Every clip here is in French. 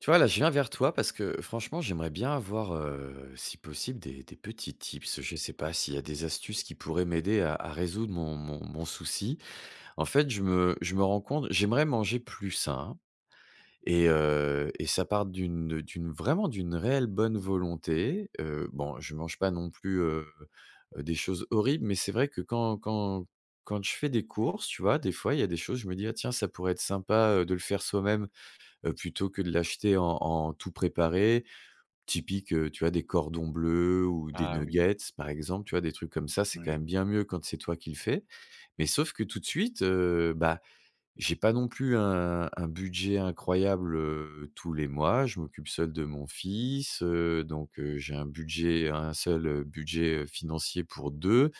Tu vois, là, je viens vers toi parce que franchement, j'aimerais bien avoir, si possible, des petits tips. Je ne sais pas s'il y a des astuces qui pourraient m'aider à résoudre mon souci. En fait, je me rends compte j'aimerais manger plus sain et ça part d'une réelle bonne volonté. Bon, je mange pas non plus, des choses horribles, mais c'est vrai que quand je fais des courses, tu vois, des fois, il y a des choses, je me dis: «Ah tiens, ça pourrait être sympa, de le faire soi-même, plutôt que de l'acheter en tout préparé. Typique, tu vois, des cordons bleus ou des Ah oui, nuggets, par exemple, tu vois? Des trucs comme ça, c'est quand même oui, bien mieux quand c'est toi qui le fais. Mais sauf que tout de suite, j'ai pas non plus un budget incroyable, tous les mois. Je m'occupe seul de mon fils, donc j'ai un seul budget financier pour deux.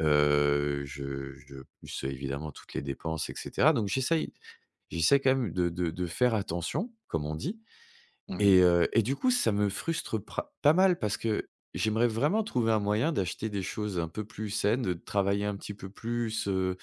Je plus, évidemment, toutes les dépenses, et cetera. Donc j'essaie quand même de faire attention, comme on dit, oui. et du coup, ça me frustre pra pas mal parce que j'aimerais vraiment trouver un moyen d'acheter des choses un peu plus saines, de travailler un petit peu plus, heu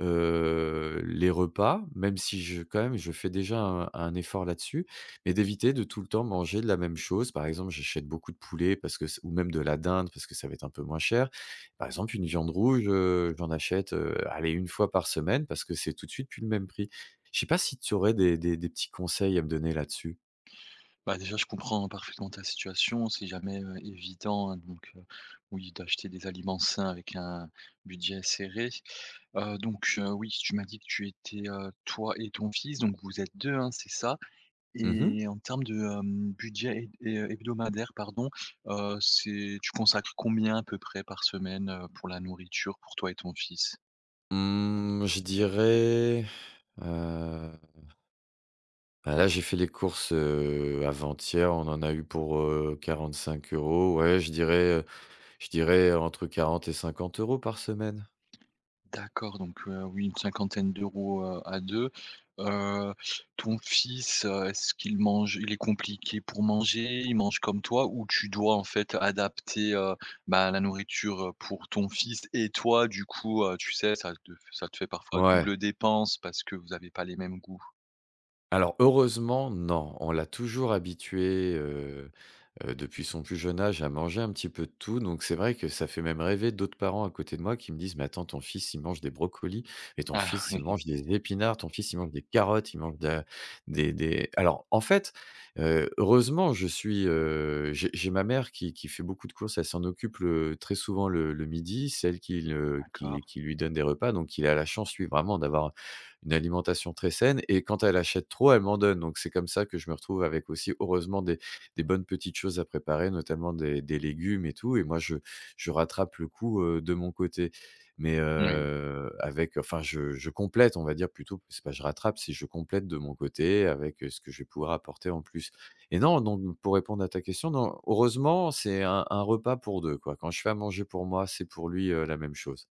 heu, les repas, même si je quand même, je fais déjà un effort là-dessus, mais d'éviter de tout le temps manger de la même chose. Par exemple, j'achète beaucoup de poulet parce que c ou même de la dinde parce que ça va être un peu moins cher. Par exemple, une viande rouge, j'en achète, allez, une fois par semaine parce que c'est tout de suite plus le même prix. Je sais pas si tu aurais des petits conseils à me donner là-dessus? Déjà, je comprends parfaitement ta situation. C'est jamais, évident, hein, oui, d'acheter des aliments sains avec un budget serré. Oui, tu m'as dit que tu étais, toi et ton fils, donc vous êtes 2, hein, c'est ça? Mmh Et en termes de, budget hé hé hebdomadaire, pardon, c'est tu consacres combien à peu près par semaine, pour la nourriture, pour toi et ton fils? Mmh, je dirais, heu, bah, là, j'ai fait les courses, avant-hier, on en a eu pour, 45 euros. Ouais, je dirais entre 40 et 50 € par semaine. D'accord, oui, une cinquantaine d'euros, à 2. Heu, ton fils, est-ce qu'il mange il est compliqué pour manger? Il mange comme toi ou tu dois, en fait, adapter, la nourriture, pour ton fils et toi, du coup, tu sais, ça te fait parfois double Ouais. dépense parce que vous n'avez pas les mêmes goûts? Alors heureusement, non. On l'a toujours habitué, depuis son plus jeune âge à manger un petit peu de tout, donc c'est vrai que ça fait même rêver d'autres parents à côté de moi qui me disent: «Mais attends, ton fils, il mange des brocolis et ton Ah fils, il oui, mange des épinards, ton fils, il mange des carottes, il mange de la des» alors en fait, heureusement, je suis, j'ai ma mère qui fait beaucoup de courses, elle s'en occupe le très souvent le midi, c'est elle qui le d'accord. Qui lui donne des repas, donc il a la chance, lui, vraiment d'avoir une alimentation très saine. Et quand elle achète trop, elle m'en donne, donc c'est comme ça que je me retrouve avec aussi, heureusement, des bonnes petites choses à préparer, notamment des légumes et tout. Et moi, je rattrape le coup, de mon côté. Mais, Oui. Avec, enfin, je complète, on va dire plutôt, c'est pas je rattrape, c'est je complète de mon côté avec, ce que je vais pouvoir apporter en plus. Et non, donc pour répondre à ta question, non, heureusement c'est un repas pour deux, quoi. Quand je fais à manger pour moi, c'est pour lui, la même chose.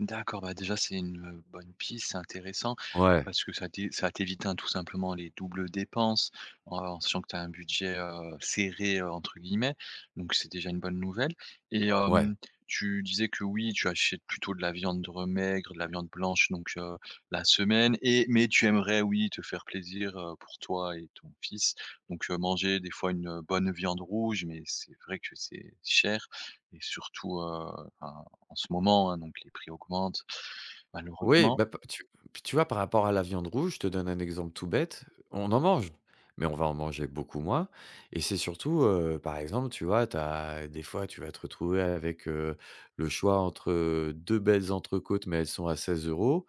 D'accord, bah, déjà c'est une, bonne piste, c'est intéressant Ouais, parce que ça t'évite, hein, tout simplement les doubles dépenses en sachant que tu as un budget, «serré», entre guillemets, donc c'est déjà une bonne nouvelle et ouais. hem, tu disais que oui, tu achètes plutôt de la viande maigre, de la viande blanche donc la semaine et mais tu aimerais, oui, te faire plaisir, pour toi et ton fils donc manger des fois une, bonne viande rouge mais c'est vrai que c'est cher et surtout, enfin en ce moment, hein, donc les prix augmentent Oui, malheureusement. bah, p tu puis tu vois, par rapport à la viande rouge, je te donne un exemple tout bête, on en mange, mais on va en manger beaucoup moins. Et c'est surtout, par exemple, tu vois, t'as des fois, tu vas te retrouver avec, le choix entre 2 belles entrecôtes, mais elles sont à 16 euros.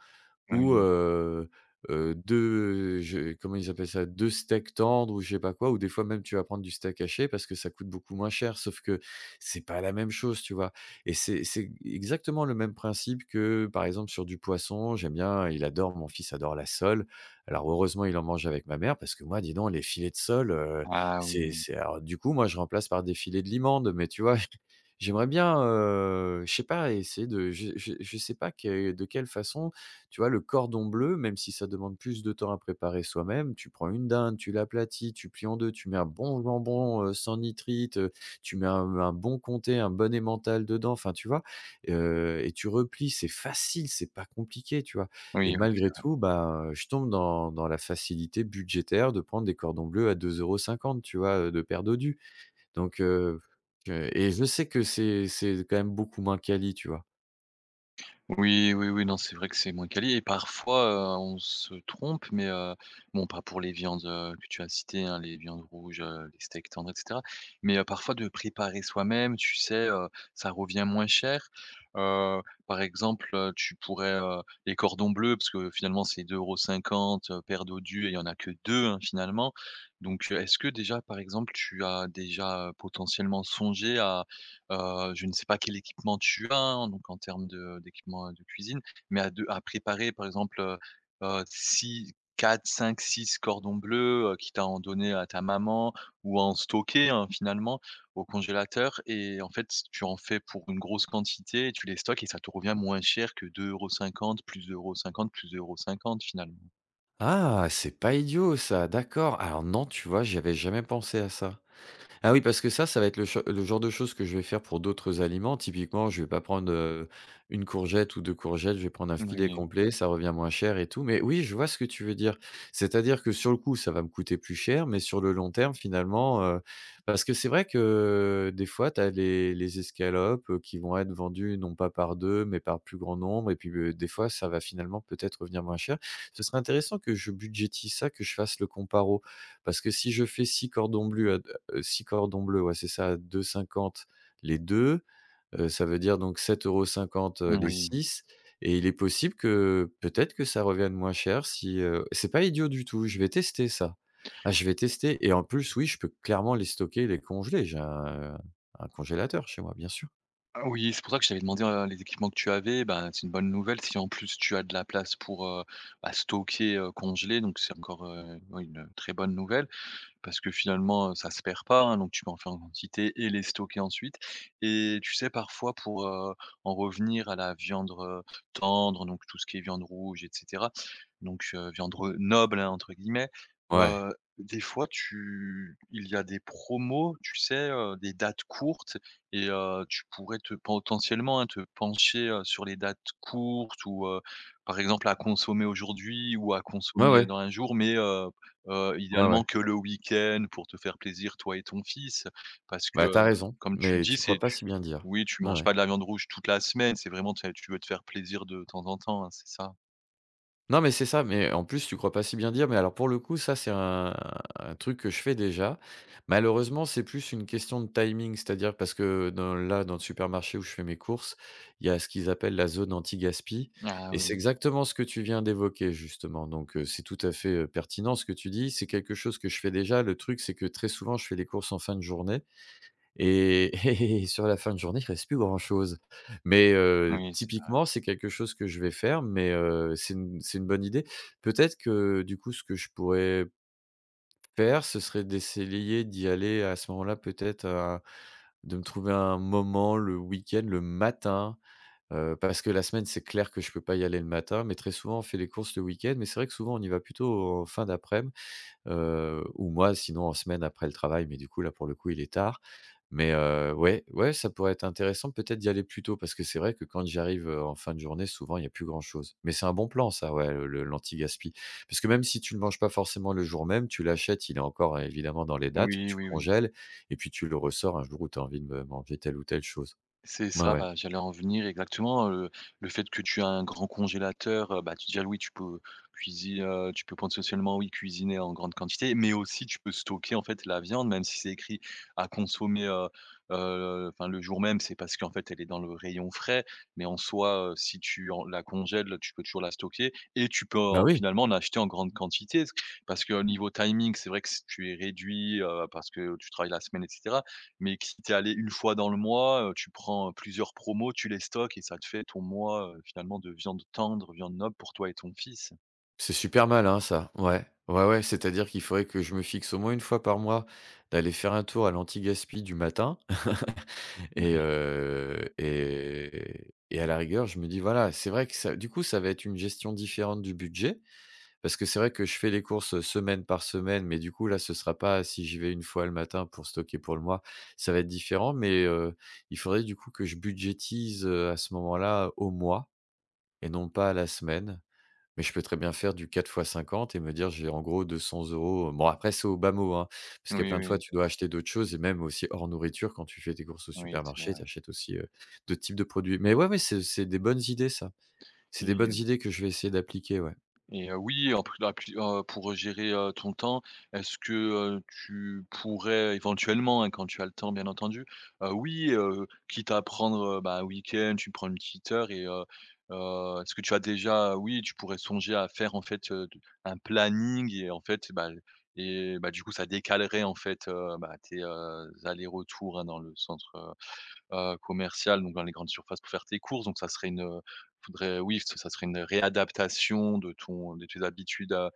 Ou, Oui. 2, je, comment ils appellent ça? Deux steaks tendres ou je sais pas quoi, ou des fois même tu vas prendre du steak haché parce que ça coûte beaucoup moins cher. Sauf que c'est pas la même chose, tu vois? Et c'est exactement le même principe que, par exemple, sur du poisson, j'aime bien il adore mon fils adore la sole. Alors heureusement, il en mange avec ma mère parce que moi, dis donc, les filets de sole, Ah oui, oui. c'est alors du coup, moi, je remplace par des filets de limande, mais tu vois? J'aimerais bien, je sais pas, essayer de, je sais pas, que de quelle façon, tu vois, le cordon bleu, même si ça demande plus de temps à préparer soi-même, tu prends une dinde, tu l'aplatis, tu plies en 2, tu mets un bon jambon, sans nitrite, tu mets un bon comté, un bon emmental dedans, enfin, tu vois? Et tu replies, c'est facile, c'est pas compliqué, tu vois? Et Oui, oui. malgré tout, bah, je tombe dans la facilité budgétaire de prendre des cordons bleus à deux euros cinquante, tu vois, de paire d'odus. Donc que et Je sais que c'est quand même beaucoup moins quali, tu vois? Oui, oui, oui, non, c'est vrai que c'est moins quali et parfois, on se trompe, mais bon, pas pour les viandes, que tu as citées, hein, les viandes rouges, les steaks tendres, et cetera. Mais parfois de préparer soi-même, tu sais, ça revient moins cher. Par exemple, tu pourrais, les cordons bleus, parce que finalement c'est deux euros cinquante paire d'odus et il y en a que 2 hein, finalement. Donc est-ce que déjà, par exemple, tu as déjà, potentiellement songé à je ne sais pas quel équipement tu as, hein, donc en termes de d'équipement, de cuisine, mais à préparer par exemple, 6 4-5-6 cordons bleus, quitte à en donner à ta maman ou à en stocker, hein, finalement au congélateur et en fait, tu en fais pour une grosse quantité, tu les stockes et ça te revient moins cher que 2,50 €, plus 2,50 €, plus 2,50 €, finalement. «Ah, c'est pas idiot ça, d'accord. Alors non, tu vois, j'y avais jamais pensé à ça». Ah oui, parce que ça va être le genre de choses que je vais faire pour d'autres aliments. Typiquement, je vais pas prendre, 1 courgette ou 2 courgettes, je vais prendre un filet Oui, complet, ça revient moins cher et tout. Mais oui, je vois ce que tu veux dire. C'est-à-dire que sur le coup, ça va me coûter plus cher, mais sur le long terme, finalement, parce que c'est vrai que, des fois, tu as les escalopes, qui vont être vendues non pas par 2 mais par plus grand nombre, et puis, des fois, ça va finalement peut-être revenir moins cher. Ce serait intéressant que je budgétise ça, que je fasse le comparo. Parce que si je fais 6 cordons bleus. 6 cordons bleus, ouais, c'est ça, 2,50 les 2, ça veut dire donc 7,50 €, les oui. 6, et il est possible que, peut-être que ça revienne moins cher si, c'est pas idiot du tout, je vais tester ça. Ah, je vais tester, et en plus, oui, je peux clairement les stocker, les congeler. J'ai un congélateur chez moi, bien sûr. Ah oui, c'est pour ça que je t'avais demandé, les équipements que tu avais. Ben, c'est une bonne nouvelle si en plus tu as de la place pour, stocker, congeler, donc c'est encore, oui, une très bonne nouvelle parce que finalement, ça se perd pas, hein, donc tu peux en faire en quantité et les stocker ensuite et tu sais, parfois pour, en revenir à la viande, tendre, donc tout ce qui est viande rouge et cetera, donc viande re «noble», hein, entre guillemets, Ouais. heu, des fois tu il y a des promos, tu sais, des dates courtes et tu pourrais te potentiellement, hein, te pencher, sur les dates courtes ou par exemple à consommer aujourd'hui ou à Ouais, consommer ouais. dans un jour mais Ouais, idéalement ouais. que le week-end pour te faire plaisir toi et ton fils. Parce que, Bah, t'as raison, comme tu le mais dis, tu c'est crois pas tu si bien dire. oui, tu Ouais, manges ouais. pas de la viande rouge toute la semaine, c'est vraiment tu veux te faire plaisir de temps en temps, hein, c'est ça? Non, mais c'est ça, mais en plus, tu crois pas si bien dire, mais alors pour le coup, ça, c'est un truc que je fais déjà. Malheureusement, c'est plus une question de timing, c'est-à-dire parce que dans le supermarché où je fais mes courses, il y a ce qu'ils appellent la zone anti-gaspi, Ah et c'est oui, exactement ce que tu viens d'évoquer, justement, donc, c'est tout à fait, pertinent, ce que tu dis. C'est quelque chose que je fais déjà. Le truc, c'est que très souvent, je fais les courses en fin de journée et et sur la fin de journée, il reste plus grand-chose. Mais, oui, c'est vrai. typiquement, c'est quelque chose que je vais faire, mais, c'est une bonne idée. Peut-être que, du coup, ce que je pourrais faire, ce serait d'essayer d'y aller à ce moment-là, peut-être, à de me trouver un moment le week-end, le matin, parce que la semaine, c'est clair que je peux pas y aller le matin, mais très souvent, on fait les courses le week-end. Mais c'est vrai que souvent, on y va plutôt en fin daprès midi. Ou moi sinon en semaine après le travail, mais du coup là pour le coup il est tard. Mais, ouais, ouais, ça pourrait être intéressant peut-être d'y aller plus tôt parce que c'est vrai que quand j'arrive, en fin de journée souvent il y a plus grand chose. Mais c'est un bon plan, ça, ouais, le l'anti-gaspi. Parce que même si tu ne le manges pas forcément le jour même, tu l'achètes, il est encore, évidemment dans les dates, Oui, tu oui, oui. congèles, et puis tu le ressors un jour où tu as envie de me manger telle ou telle chose. C'est Ouais, ça, ouais. bah, j'allais en venir exactement, le fait que tu as un grand congélateur, tu déjà oui, tu peux cuisiner, tu peux prendre socialement oui, cuisiner en grande quantité, mais aussi tu peux stocker, en fait, la viande, même si c'est écrit à consommer, le jour même, c'est parce qu'en fait, elle est dans le rayon frais, mais en soi, si tu en la congèles, tu peux toujours la stocker et tu peux Bah en oui. finalement en acheter en grande quantité. Parce que au niveau timing, c'est vrai que si tu es réduit, parce que tu travailles la semaine etc. Mais que si tu es allé une fois dans le mois, tu prends, plusieurs promos, tu les stockes et ça te fait ton mois, finalement de viande tendre, viande noble pour toi et ton fils. C'est super mal, hein, ça. Ouais. Ouais, ouais, c'est-à-dire qu'il faudrait que je me fixe au moins une fois par mois d'aller faire un tour à l'anti-gaspi du matin. et Oui. heu et et à la rigueur, je me dis: «Voilà», c'est vrai que, ça du coup, ça va être une gestion différente du budget parce que c'est vrai que je fais les courses semaine par semaine, mais du coup, là, ce sera pas, si j'y vais une fois le matin pour stocker pour le mois, ça va être différent, mais, il faudrait du coup que je budgétise, à ce moment-là, au mois et non pas à la semaine. Mais je peux très bien faire du 4 fois 50 et me dire: «J'ai en gros 200 €». Bon, après, c'est au bas mot, hein, parce qu'il y a Oui, plein de fois, oui, tu dois acheter d'autres choses, et même aussi hors nourriture, quand tu fais tes courses au oui, c'est supermarché, tu vrai. achètes aussi, d'autres types de produits. Mais ouais, ouais, c'est des bonnes idées, ça. C'est des bonnes idées que je vais essayer d'appliquer, ouais. Et oui, en plus, la plu pour gérer, ton temps, est-ce que, tu pourrais éventuellement, hein, quand tu as le temps bien entendu, oui, quitte à prendre, un week-end, tu prends une petite heure et est-ce que tu pourrais songer à faire en fait, d un planning et du coup ça décalerait en fait, tes, allers-retours, hein, dans le centre, commerciales, donc dans les grandes surfaces pour faire tes courses, donc ça serait une, faudrait oui, ça ça serait une réadaptation de tes habitudes,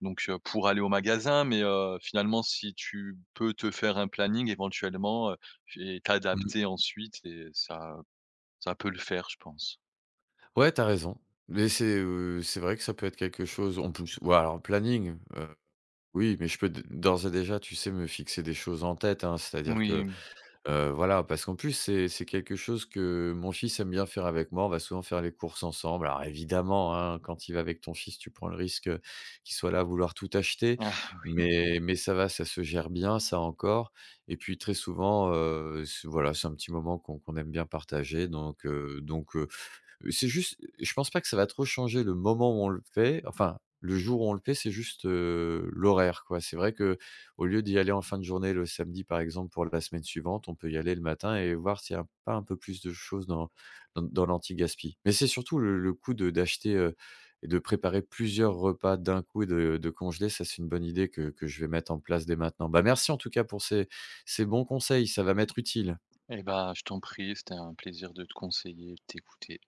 donc pour aller au magasin. Mais finalement, si tu peux te faire un planning éventuellement, et Mmh. t'adapter ensuite et ça peut le faire, je pense. Ouais, t'as raison. Mais c'est vrai que ça peut être quelque chose en plus, ouais, alors planning, oui, mais je peux d'ores et déjà, tu sais, me fixer des choses en tête, hein. C'est-à-dire que Oui, Heu, voilà, parce qu'en plus, c'est quelque chose que mon fils aime bien faire avec moi. On va souvent faire les courses ensemble. Alors évidemment, hein, quand il va avec ton fils, tu prends le risque, qu'il soit là à vouloir tout acheter, mais ça va, ça se gère bien, ça encore. Et puis très souvent, c'est voilà, c'est un petit moment qu'on aime bien partager, donc, donc c'est juste, je pense pas que ça va trop changer le moment où on le fait, enfin, le jour où on le fait, c'est juste, l'horaire, quoi. C'est vrai que au lieu d'y aller en fin de journée le samedi, par exemple, pour la semaine suivante, on peut y aller le matin et voir s'il y a pas un peu plus de choses dans dans l'anti-gaspi. Mais c'est surtout le coup de d'acheter, et de préparer plusieurs repas d'un coup et de congeler, ça, c'est une bonne idée que je vais mettre en place dès maintenant. Bah, merci en tout cas pour ces bons conseils, ça va m'être utile. et ben je t'en prie, c'était un plaisir de te conseiller, de t'écouter.